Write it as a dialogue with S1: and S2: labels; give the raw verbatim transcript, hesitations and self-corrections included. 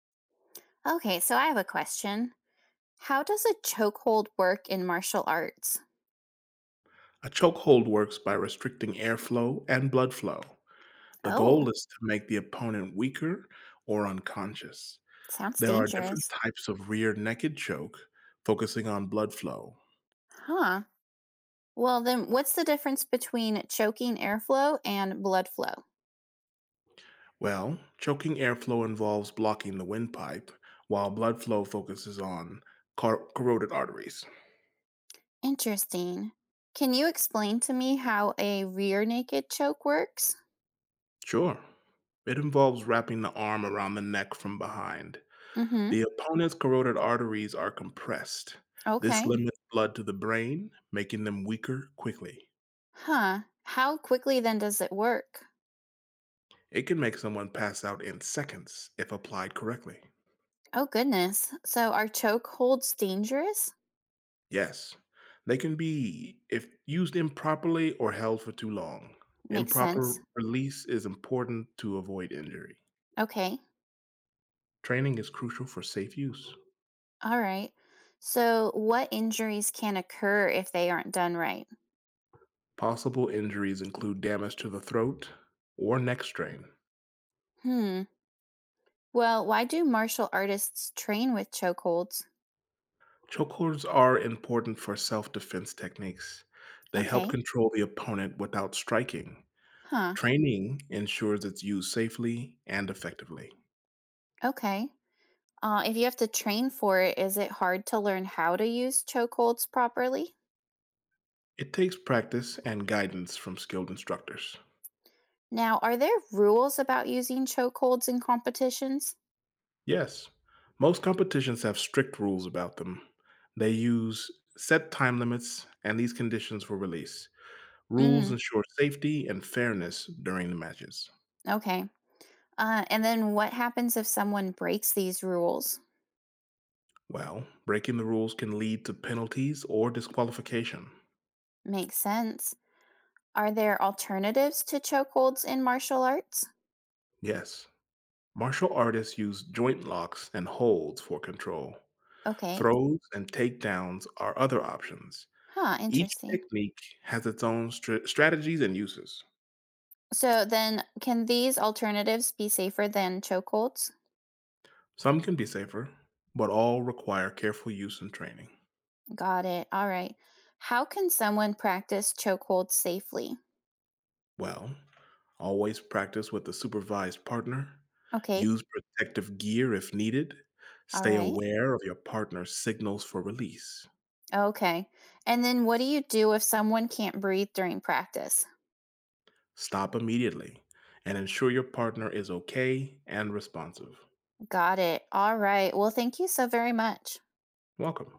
S1: Okay, so I have a question. How does a chokehold work in martial arts?
S2: A chokehold works by restricting airflow and blood flow. The
S1: Oh,
S2: goal is to make the opponent weaker or unconscious.
S1: sounds
S2: There are different
S1: dangerous.
S2: types of rear naked choke, focusing on blood flow.
S1: Huh. Well, then what's the difference between choking airflow and blood flow?
S2: Well, choking airflow involves blocking the windpipe, while blood flow focuses on car- corroded arteries.
S1: Interesting. Can you explain to me how a rear naked choke works?
S2: Sure. It involves wrapping the arm around the neck from behind.
S1: Mm hmm.
S2: The opponent's carotid arteries are compressed. This
S1: Okay.
S2: limits blood to the brain, making them weaker quickly.
S1: Huh. How quickly then does it work?
S2: It can make someone pass out in seconds if applied correctly.
S1: Oh, goodness. So are choke holds dangerous?
S2: Yes, they can be if used improperly or held for too long.
S1: Makes
S2: Improper
S1: sense.
S2: release is important to avoid injury.
S1: Okay.
S2: Training is crucial for safe use.
S1: All right. So, what injuries can occur if they aren't done right?
S2: Possible injuries include damage to the throat or neck strain.
S1: Hmm. Well, why do martial artists train with chokeholds?
S2: Chokeholds are important for self defense techniques. They help
S1: Okay.
S2: control the opponent without striking.
S1: Huh.
S2: Training ensures it's used safely and effectively.
S1: Okay. Uh, if you have to train for it, is it hard to learn how to use chokeholds properly?
S2: It takes practice and guidance from skilled instructors.
S1: Now, are there rules about using chokeholds in competitions?
S2: Yes, most competitions have strict rules about them. They use set time limits and these conditions for release. Rules
S1: Mm,
S2: ensure safety and fairness during the matches.
S1: okay. Uh, and then what happens if someone breaks these rules?
S2: Well, breaking the rules can lead to penalties or disqualification.
S1: Makes sense. Are there alternatives to chokeholds in martial arts?
S2: Yes, martial artists use joint locks and holds for control.
S1: Okay.
S2: Throws and takedowns are other options.
S1: Huh,
S2: Each
S1: interesting.
S2: technique has its own stra- strategies and uses.
S1: So then, can these alternatives be safer than chokeholds?
S2: Some can be safer, but all require careful use and training.
S1: Got it. All right. How can someone practice chokeholds safely?
S2: Well, always practice with a supervised partner.
S1: Okay.
S2: Use protective gear if needed.
S1: All
S2: Stay
S1: right.
S2: aware of your partner's signals for release.
S1: Okay. And then, what do you do if someone can't breathe during practice?
S2: Stop immediately and ensure your partner is okay and responsive.
S1: Got it. All right. Well, thank you so very much.
S2: Welcome.